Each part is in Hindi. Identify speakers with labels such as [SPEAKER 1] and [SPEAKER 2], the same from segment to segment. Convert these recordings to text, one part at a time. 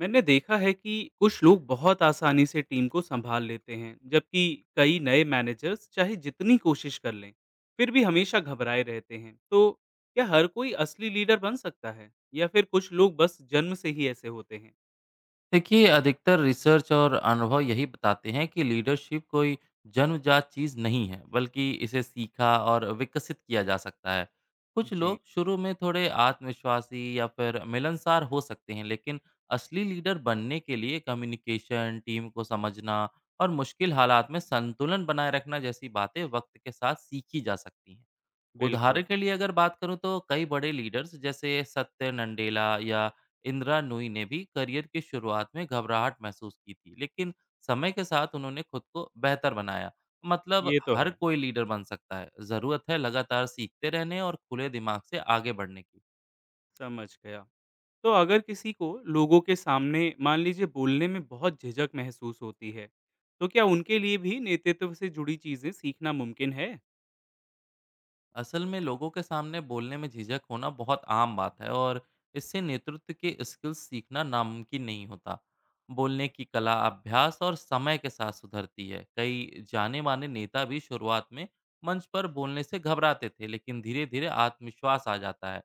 [SPEAKER 1] मैंने देखा है कि कुछ लोग बहुत आसानी से टीम को संभाल लेते हैं, जबकि कई नए मैनेजर्स चाहे जितनी कोशिश कर लें, फिर भी हमेशा घबराए रहते हैं। तो क्या हर कोई असली लीडर बन सकता है, या फिर कुछ लोग बस जन्म से ही ऐसे होते हैं?
[SPEAKER 2] देखिए अधिकतर रिसर्च और अनुभव यही बताते हैं कि लीडरशिप कोई जन्मजात चीज़ नहीं है, बल्कि इसे सीखा और विकसित किया जा सकता है। कुछ
[SPEAKER 1] जी।
[SPEAKER 2] लोग शुरू में थोड़े आत्मविश्वासी या फिर मिलनसार हो सकते हैं, लेकिन असली लीडर बनने के लिए कम्युनिकेशन, टीम को समझना और मुश्किल हालात में संतुलन बनाए रखना जैसी बातें वक्त के साथ सीखी जा सकती हैं।
[SPEAKER 1] बिल्कुल।
[SPEAKER 2] उदाहरण के लिए अगर बात करूँ तो कई बड़े लीडर्स जैसे सत्य नंडेला या इंदिरा नूई ने भी करियर की शुरुआत में घबराहट महसूस की थी, लेकिन समय के साथ उन्होंने खुद को बेहतर बनाया। मतलब
[SPEAKER 1] ये तो
[SPEAKER 2] हर
[SPEAKER 1] है।
[SPEAKER 2] कोई लीडर बन सकता है, ज़रूरत है लगातार सीखते रहने और खुले दिमाग से आगे बढ़ने की।
[SPEAKER 1] समझ गया। तो अगर किसी को लोगों के सामने, मान लीजिए, बोलने में बहुत झिझक महसूस होती है, तो क्या उनके लिए भी नेतृत्व से जुड़ी चीजें सीखना मुमकिन है?
[SPEAKER 2] असल में लोगों के सामने बोलने में झिझक होना बहुत आम बात है, और इससे नेतृत्व के स्किल्स सीखना नामुमकिन नहीं होता। बोलने की कला अभ्यास और समय के साथ सुधरती है। कई जाने माने नेता भी शुरुआत में मंच पर बोलने से घबराते थे, लेकिन धीरे धीरे आत्मविश्वास आ जाता है।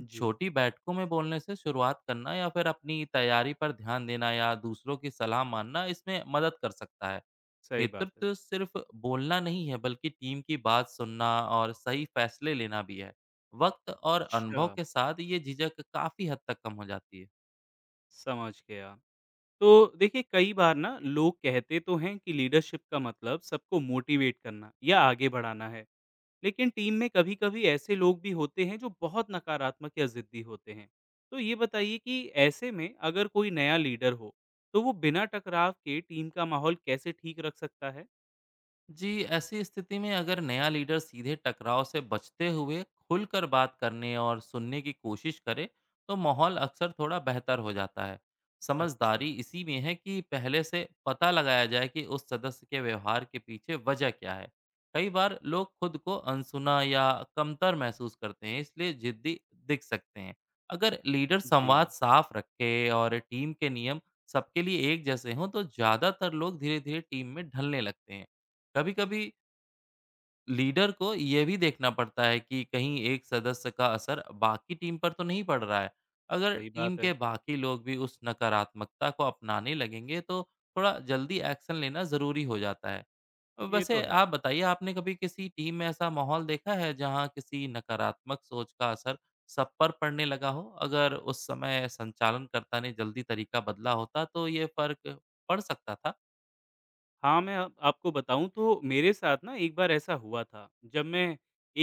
[SPEAKER 1] जी।
[SPEAKER 2] छोटी बैठकों में बोलने से शुरुआत करना या फिर अपनी तैयारी पर ध्यान देना या दूसरों की सलाह मानना, इसमें मदद कर सकता है।
[SPEAKER 1] सही बात है।
[SPEAKER 2] नेतृत्व सिर्फ बोलना नहीं है, बल्कि टीम की बात सुनना और सही फैसले लेना भी है। वक्त और अनुभव
[SPEAKER 1] अच्छा।
[SPEAKER 2] के साथ ये झिझक काफी हद तक कम हो जाती है।
[SPEAKER 1] समझ गया। तो देखिए कई बार ना लोग कहते तो हैं कि लीडरशिप का मतलब सबको मोटिवेट करना या आगे बढ़ाना है। लेकिन टीम में कभी-कभी ऐसे लोग भी होते हैं जो बहुत नकारात्मक या ज़िद्दी होते हैं। तो ये बताइए कि ऐसे में अगर कोई नया लीडर हो, तो वो बिना टकराव के टीम का माहौल कैसे ठीक रख सकता है?
[SPEAKER 2] जी, ऐसी स्थिति में अगर नया लीडर सीधे टकराव से बचते हुए खुलकर बात करने और सुनने की कोशिश करे, तो माहौल अक्सर थोड़ा बेहतर हो जाता है।
[SPEAKER 1] अच्छा।
[SPEAKER 2] समझदारी इसी में है कि पहले से पता लगाया जाए कि उस सदस्य के व्यवहार के पीछे वजह क्या है। कई बार लोग खुद को अनसुना या कमतर महसूस करते हैं, इसलिए जिद्दी दिख सकते हैं। अगर लीडर संवाद
[SPEAKER 1] जी।
[SPEAKER 2] साफ रखे और टीम के नियम सबके लिए एक जैसे हों, तो ज़्यादातर लोग धीरे धीरे टीम में ढलने लगते हैं। कभी-कभी लीडर को ये भी देखना पड़ता है कि कहीं एक सदस्य का असर बाकी टीम पर तो नहीं पड़ रहा है। अगर
[SPEAKER 1] सही
[SPEAKER 2] टीम
[SPEAKER 1] बात है।
[SPEAKER 2] के बाकी लोग भी उस नकारात्मकता को अपनाने लगेंगे, तो थोड़ा जल्दी एक्शन लेना ज़रूरी हो जाता है।
[SPEAKER 1] ये तो
[SPEAKER 2] वैसे
[SPEAKER 1] है।
[SPEAKER 2] आप बताइए, आपने कभी किसी टीम में ऐसा माहौल देखा है जहाँ किसी नकारात्मक सोच का असर सब पर पड़ने लगा हो? अगर उस समय संचालनकर्ता ने जल्दी तरीका बदला होता तो ये फ़र्क पड़ सकता था?
[SPEAKER 1] हाँ, मैं अब आपको बताऊँ तो मेरे साथ ना एक बार ऐसा हुआ था। जब मैं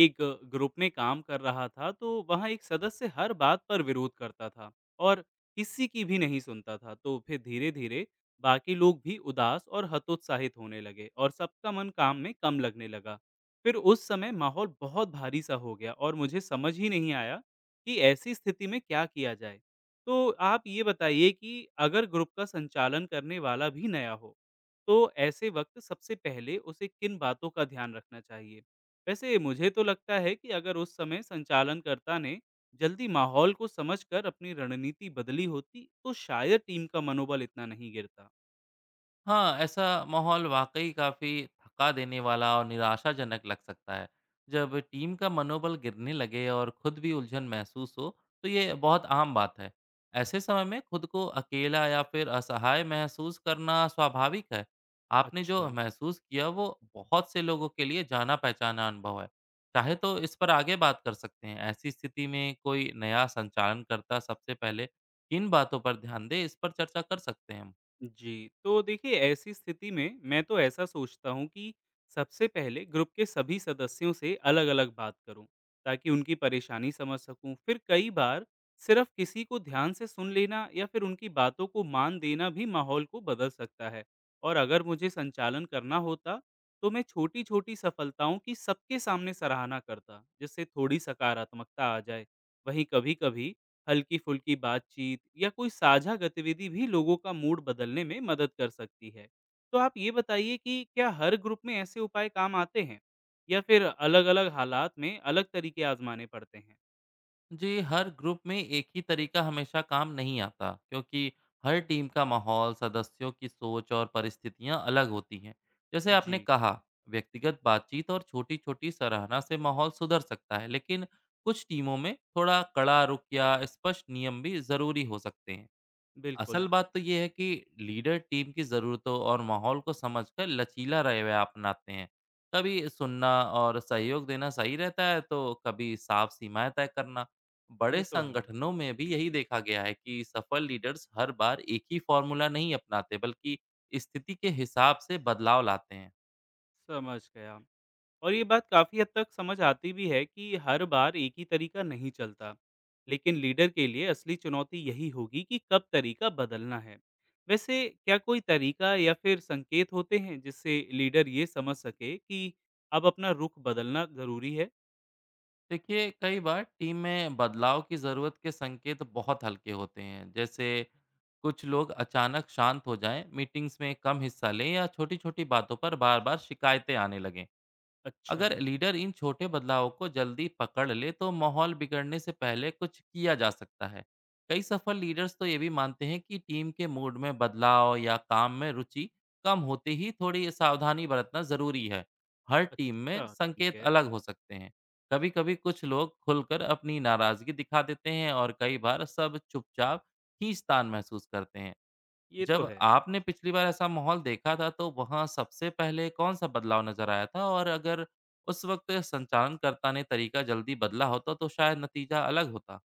[SPEAKER 1] एक ग्रुप में काम कर रहा था तो वहाँ एक सदस्य हर बात पर विरोध करता था और किसी की भी नहीं सुनता था। तो फिर धीरे-धीरे बाकी लोग भी उदास और हतोत्साहित होने लगे और सबका मन काम में कम लगने लगा। फिर उस समय माहौल बहुत भारी-सा हो गया और मुझे समझ ही नहीं आया कि ऐसी स्थिति में क्या किया जाए। तो आप ये बताइए कि अगर ग्रुप का संचालन करने वाला भी नया हो, तो ऐसे वक्त सबसे पहले उसे किन बातों का ध्यान रखना चाहिए? वैसे मुझे तो लगता है कि अगर उस समय संचालनकर्ता ने जल्दी माहौल को समझकर अपनी रणनीति बदली होती, तो शायद टीम का मनोबल इतना नहीं गिरता।
[SPEAKER 2] हाँ, ऐसा माहौल वाक़ई काफ़ी थका देने वाला और निराशाजनक लग सकता है। जब टीम का मनोबल गिरने लगे और खुद भी उलझन महसूस हो, तो ये बहुत आम बात है। ऐसे समय में खुद को अकेला या फिर असहाय महसूस करना स्वाभाविक है। आपने जो
[SPEAKER 1] अच्छा।
[SPEAKER 2] महसूस किया, वो बहुत से लोगों के लिए जाना-पहचाना अनुभव है। चाहे तो इस पर आगे बात कर सकते हैं। ऐसी स्थिति में कोई नया संचालनकर्ता सबसे पहले किन बातों पर ध्यान दे, इस पर चर्चा कर सकते हैं हम।
[SPEAKER 1] जी, तो देखिए ऐसी स्थिति में मैं तो ऐसा सोचता हूँ कि सबसे पहले ग्रुप के सभी सदस्यों से अलग-अलग बात करूँ, ताकि उनकी परेशानी समझ सकूँ। फिर कई बार सिर्फ किसी को ध्यान से सुन लेना या फिर उनकी बातों को मान देना भी माहौल को बदल सकता है। और अगर मुझे संचालन करना होता, तो मैं छोटी-छोटी सफलताओं की सबके सामने सराहना करता, जिससे थोड़ी सकारात्मकता आ जाए। वहीं कभी-कभी हल्की-फुल्की बातचीत या कोई साझा गतिविधि भी लोगों का मूड बदलने में मदद कर सकती है। तो आप ये बताइए कि क्या हर ग्रुप में ऐसे उपाय काम आते हैं या फिर अलग-अलग हालात में अलग तरीके आजमाने पड़ते हैं?
[SPEAKER 2] जी, हर ग्रुप में एक ही तरीका हमेशा काम नहीं आता, क्योंकि हर टीम का माहौल, सदस्यों की सोच और परिस्थितियां अलग होती हैं। जैसे आपने
[SPEAKER 1] जी।
[SPEAKER 2] कहा, व्यक्तिगत बातचीत और छोटी छोटी सराहना से माहौल सुधर सकता है, लेकिन कुछ टीमों में थोड़ा कड़ा रुख या स्पष्ट नियम भी ज़रूरी हो सकते हैं। असल
[SPEAKER 1] बिल्कुल।
[SPEAKER 2] बात तो ये है कि लीडर टीम की ज़रूरतों और माहौल को समझकर लचीला रवैया अपनाते हैं। कभी सुनना और सहयोग देना सही रहता है, तो कभी साफ सीमाएं तय करना।
[SPEAKER 1] ये
[SPEAKER 2] बड़े
[SPEAKER 1] तो है।
[SPEAKER 2] संगठनों में भी यही देखा गया है कि सफल लीडर्स हर बार एक ही फॉर्मूला नहीं अपनाते, बल्कि स्थिति के हिसाब से बदलाव लाते हैं।
[SPEAKER 1] समझ गया। और ये बात काफ़ी हद तक समझ आती भी है कि हर बार एक ही तरीका नहीं चलता। लेकिन लीडर के लिए असली चुनौती यही होगी कि कब तरीका बदलना है। वैसे क्या कोई तरीका या फिर संकेत होते हैं जिससे लीडर ये समझ सके कि अब अपना रुख बदलना ज़रूरी है?
[SPEAKER 2] देखिए, कई बार टीम में बदलाव की ज़रूरत के संकेत बहुत हल्के होते हैं, जैसे कुछ लोग अचानक शांत हो जाएं, मीटिंग्स में कम हिस्सा लें या छोटी छोटी बातों पर बार बार शिकायतें आने लगें।
[SPEAKER 1] अच्छा।
[SPEAKER 2] अगर लीडर इन छोटे बदलावों को जल्दी पकड़ ले, तो माहौल बिगड़ने से पहले कुछ किया जा सकता है। कई सफल लीडर्स तो ये भी मानते हैं कि टीम के मूड में बदलाव या काम में रुचि कम होते ही थोड़ी सावधानी बरतना जरूरी है। हर टीम
[SPEAKER 1] अच्छा,
[SPEAKER 2] में
[SPEAKER 1] ठीक
[SPEAKER 2] संकेत
[SPEAKER 1] है।
[SPEAKER 2] अलग हो सकते हैं। कभी कभी कुछ लोग खुलकर अपनी नाराजगी दिखा देते हैं, और कई बार सब चुपचाप ही स्थान महसूस करते हैं।
[SPEAKER 1] ये तो
[SPEAKER 2] जब
[SPEAKER 1] है।
[SPEAKER 2] आपने पिछली बार ऐसा माहौल देखा था, तो वहाँ सबसे पहले कौन-सा बदलाव नज़र आया था? और अगर उस वक़्त संचालनकर्ता ने तरीका जल्दी बदला होता तो शायद नतीजा अलग होता।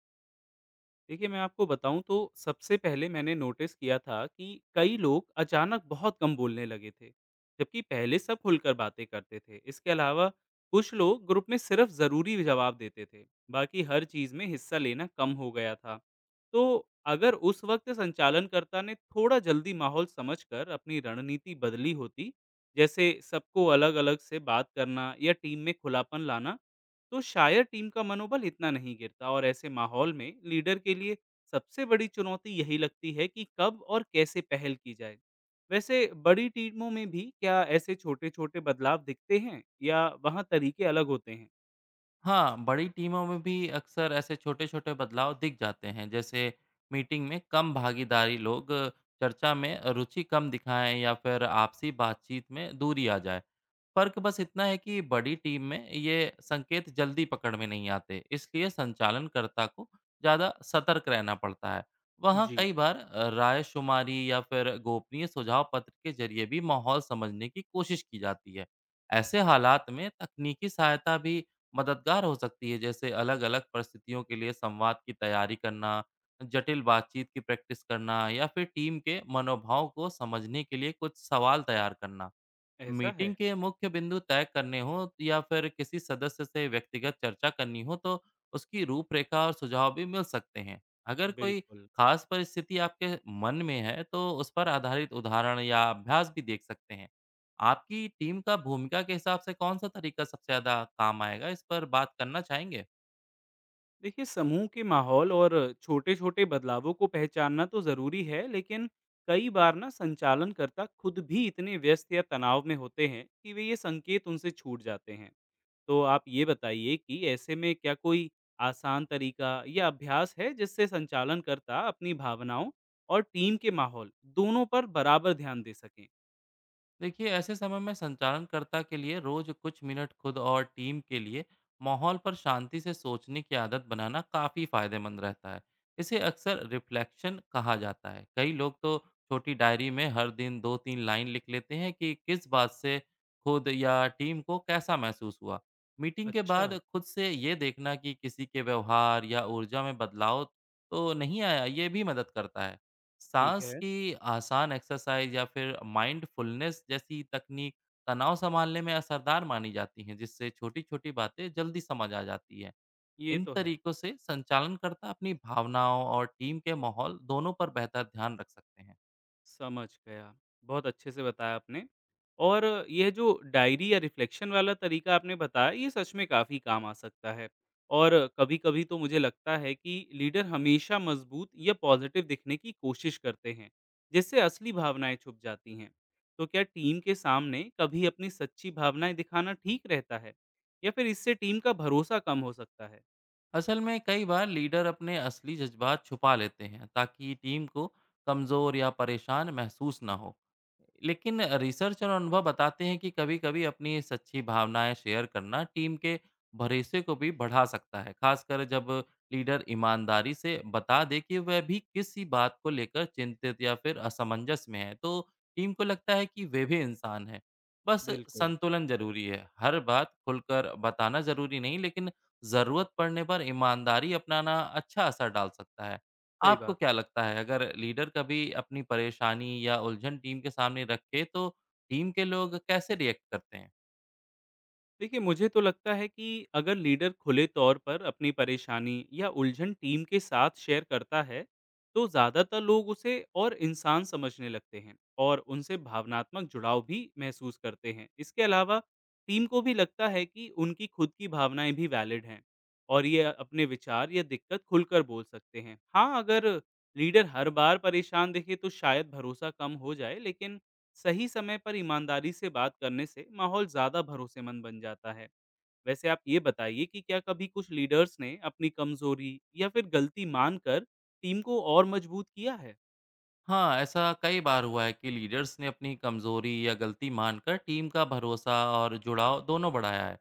[SPEAKER 1] देखिए, मैं आपको बताऊँ तो सबसे पहले मैंने नोटिस किया था कि कई लोग अचानक बहुत कम बोलने लगे थे, जबकि पहले सब खुलकर बातें करते थे। इसके अलावा कुछ लोग ग्रुप में सिर्फ ज़रूरी जवाब देते थे, बाकी हर चीज़ में हिस्सा लेना कम हो गया था। तो अगर उस वक्त संचालनकर्ता ने थोड़ा जल्दी माहौल समझकर अपनी रणनीति बदली होती, जैसे सबको अलग-अलग से बात करना या टीम में खुलापन लाना, तो शायद टीम का मनोबल इतना नहीं गिरता और ऐसे माहौल में लीडर के लिए सबसे बड़ी चुनौती यही लगती है कि कब और कैसे पहल की जाए। वैसे बड़ी टीमों में भी क्या ऐसे छोटे छोटे बदलाव दिखते हैं या वहाँ तरीके अलग होते हैं?
[SPEAKER 2] हाँ, बड़ी टीमों में भी अक्सर ऐसे छोटे-छोटे बदलाव दिख जाते हैं, जैसे मीटिंग में कम भागीदारी, लोग चर्चा में रुचि कम दिखाएँ या फिर आपसी बातचीत में दूरी आ जाए। फ़र्क बस इतना है कि बड़ी टीम में ये संकेत जल्दी पकड़ में नहीं आते, इसलिए संचालनकर्ता को ज़्यादा सतर्क रहना पड़ता है। वहाँ
[SPEAKER 1] जी।
[SPEAKER 2] कई बार राय-शुमारी या फिर गोपनीय सुझाव पत्र के ज़रिए भी माहौल समझने की कोशिश की जाती है। ऐसे हालात में तकनीकी सहायता भी मददगार हो सकती है, जैसे अलग-अलग परिस्थितियों के लिए संवाद की तैयारी करना, जटिल बातचीत की प्रैक्टिस करना या फिर टीम के मनोभाव को समझने के लिए कुछ सवाल तैयार करना।
[SPEAKER 1] ऐसा है।
[SPEAKER 2] मीटिंग के मुख्य बिंदु तय करने हों या फिर किसी सदस्य से व्यक्तिगत चर्चा करनी हो, तो उसकी रूपरेखा और सुझाव भी मिल सकते हैं। अगर कोई
[SPEAKER 1] बिल्कुल।
[SPEAKER 2] खास परिस्थिति आपके मन में है, तो उस पर आधारित उदाहरण या अभ्यास भी देख सकते हैं। आपकी टीम का भूमिका के हिसाब से कौन सा तरीका सबसे ज़्यादा काम आएगा, इस पर बात करना चाहेंगे?
[SPEAKER 1] देखिए समूह के माहौल और छोटे छोटे बदलावों को पहचानना तो जरूरी है, लेकिन कई बार ना संचालनकर्ता खुद भी इतने व्यस्त या तनाव में होते हैं कि वे ये संकेत उनसे छूट जाते हैं। तो आप ये बताइए कि ऐसे में क्या कोई आसान तरीका या अभ्यास है जिससे संचालनकर्ता अपनी भावनाओं और टीम के माहौल दोनों पर बराबर ध्यान दे सकें?
[SPEAKER 2] देखिए, ऐसे समय में संचालनकर्ता के लिए रोज कुछ मिनट खुद और टीम के लिए माहौल पर शांति से सोचने की आदत बनाना काफ़ी फायदेमंद रहता है। इसे अक्सर रिफ्लेक्शन कहा जाता है। कई लोग तो छोटी डायरी में हर दिन दो तीन लाइन लिख लेते हैं कि किस बात से खुद या टीम को कैसा महसूस हुआ। मीटिंग के
[SPEAKER 1] अच्छा।
[SPEAKER 2] बाद खुद से ये देखना कि किसी के व्यवहार या ऊर्जा में बदलाव तो नहीं आया, ये भी मदद करता है।
[SPEAKER 1] ठीक
[SPEAKER 2] सांस
[SPEAKER 1] है।
[SPEAKER 2] की आसान एक्सरसाइज या फिर माइंडफुलनेस जैसी तकनीक तनाव संभालने में असरदार मानी जाती हैं, जिससे छोटी छोटी बातें जल्दी समझ आ जाती है।
[SPEAKER 1] ये
[SPEAKER 2] इन
[SPEAKER 1] तो है।
[SPEAKER 2] तरीकों से संचालनकर्ता अपनी भावनाओं और टीम के माहौल दोनों पर बेहतर ध्यान रख सकते हैं।
[SPEAKER 1] समझ गया। बहुत अच्छे से बताया आपने। और यह जो डायरी या रिफ्लेक्शन वाला तरीका आपने बताया, ये सच में काफ़ी काम आ सकता है। और कभी-कभी तो मुझे लगता है कि लीडर हमेशा मजबूत या पॉजिटिव दिखने की कोशिश करते हैं, जिससे असली भावनाएँ छुप जाती हैं। तो क्या टीम के सामने कभी अपनी सच्ची भावनाएँ दिखाना ठीक रहता है? या फिर इससे टीम का भरोसा कम हो सकता है?
[SPEAKER 2] असल में कई बार लीडर अपने असली जज्बात छुपा लेते हैं, ताकि टीम को कमज़ोर या परेशान महसूस ना हो। लेकिन रिसर्च और अनुभव बताते हैं कि कभी-कभी अपनी सच्ची भावनाएं शेयर करना टीम के भरोसे को भी बढ़ा सकता है। खासकर जब लीडर ईमानदारी से बता दे कि वह भी किसी बात को लेकर चिंतित या फिर असमंजस में है, तो टीम को लगता है कि वे भी इंसान हैं। बस
[SPEAKER 1] बिल्कुल।
[SPEAKER 2] संतुलन जरूरी है, हर बात खुलकर बताना जरूरी नहीं, लेकिन ज़रूरत पड़ने पर ईमानदारी अपनाना अच्छा असर डाल सकता है।
[SPEAKER 1] सही
[SPEAKER 2] आपको
[SPEAKER 1] बात है।
[SPEAKER 2] क्या लगता है, अगर लीडर कभी अपनी परेशानी या उलझन टीम के सामने रखे तो टीम के लोग कैसे रिएक्ट करते हैं?
[SPEAKER 1] देखिए मुझे तो लगता है कि अगर लीडर खुले तौर पर अपनी परेशानी या उलझन टीम के साथ शेयर करता है तो ज़्यादातर लोग उसे और इंसान समझने लगते हैं, और उनसे भावनात्मक जुड़ाव भी महसूस करते हैं। इसके अलावा टीम को भी लगता है कि उनकी खुद की भावनाएं भी वैलिड हैं और ये अपने विचार या दिक्कत खुलकर बोल सकते हैं। हाँ, अगर लीडर हर बार परेशान दिखे तो शायद भरोसा कम हो जाए, लेकिन सही समय पर ईमानदारी से बात करने से माहौल ज्यादा भरोसेमंद बन जाता है। वैसे आप ये बताइए कि क्या कभी कुछ लीडर्स ने अपनी कमजोरी या फिर गलती मानकर टीम को और मजबूत किया है?
[SPEAKER 2] हाँ, ऐसा कई बार हुआ है कि लीडर्स ने अपनी कमजोरी या गलती मानकर टीम का भरोसा और जुड़ाव दोनों बढ़ाया है।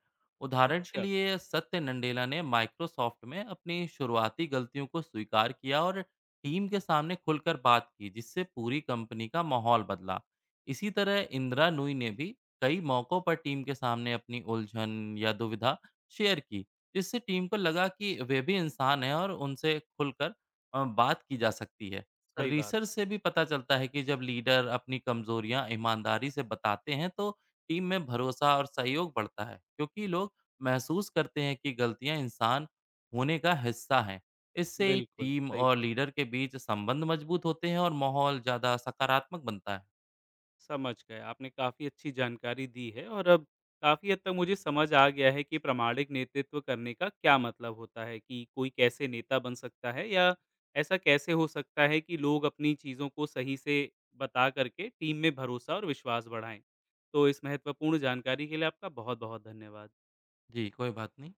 [SPEAKER 2] उदाहरण के
[SPEAKER 1] अच्छा।
[SPEAKER 2] लिए सत्य नंडेला ने माइक्रोसॉफ्ट में अपनी शुरुआती गलतियों को स्वीकार किया और टीम के सामने खुलकर बात की, जिससे पूरी कंपनी का माहौल बदला। इसी तरह इंदिरा नूई ने भी कई मौक़ों पर टीम के सामने अपनी उलझन या दुविधा शेयर की, जिससे टीम को लगा कि वे भी इंसान हैं और उनसे खुलकर बात की जा सकती है।
[SPEAKER 1] सही बात
[SPEAKER 2] रिसर्च
[SPEAKER 1] है।
[SPEAKER 2] से भी पता चलता है कि जब लीडर अपनी कमजोरियां ईमानदारी से बताते हैं, तो टीम में भरोसा और सहयोग बढ़ता है, क्योंकि लोग महसूस करते हैं कि गलतियां इंसान होने का हिस्सा हैं। इससे
[SPEAKER 1] बिल्कुल
[SPEAKER 2] टीम
[SPEAKER 1] सही
[SPEAKER 2] और
[SPEAKER 1] बात।
[SPEAKER 2] लीडर के बीच संबंध मजबूत होते हैं और माहौल ज़्यादा सकारात्मक बनता है।
[SPEAKER 1] समझ गए। आपने काफ़ी अच्छी जानकारी दी है और अब काफ़ी हद तक मुझे समझ आ गया है कि प्रामाणिक नेतृत्व करने का क्या मतलब होता है, कि कोई कैसे नेता बन सकता है या ऐसा कैसे हो सकता है कि लोग अपनी चीज़ों को सही से बता करके टीम में भरोसा और विश्वास बढ़ाएँ। तो इस महत्वपूर्ण जानकारी के लिए आपका बहुत-बहुत धन्यवाद।
[SPEAKER 2] जी, कोई बात नहीं।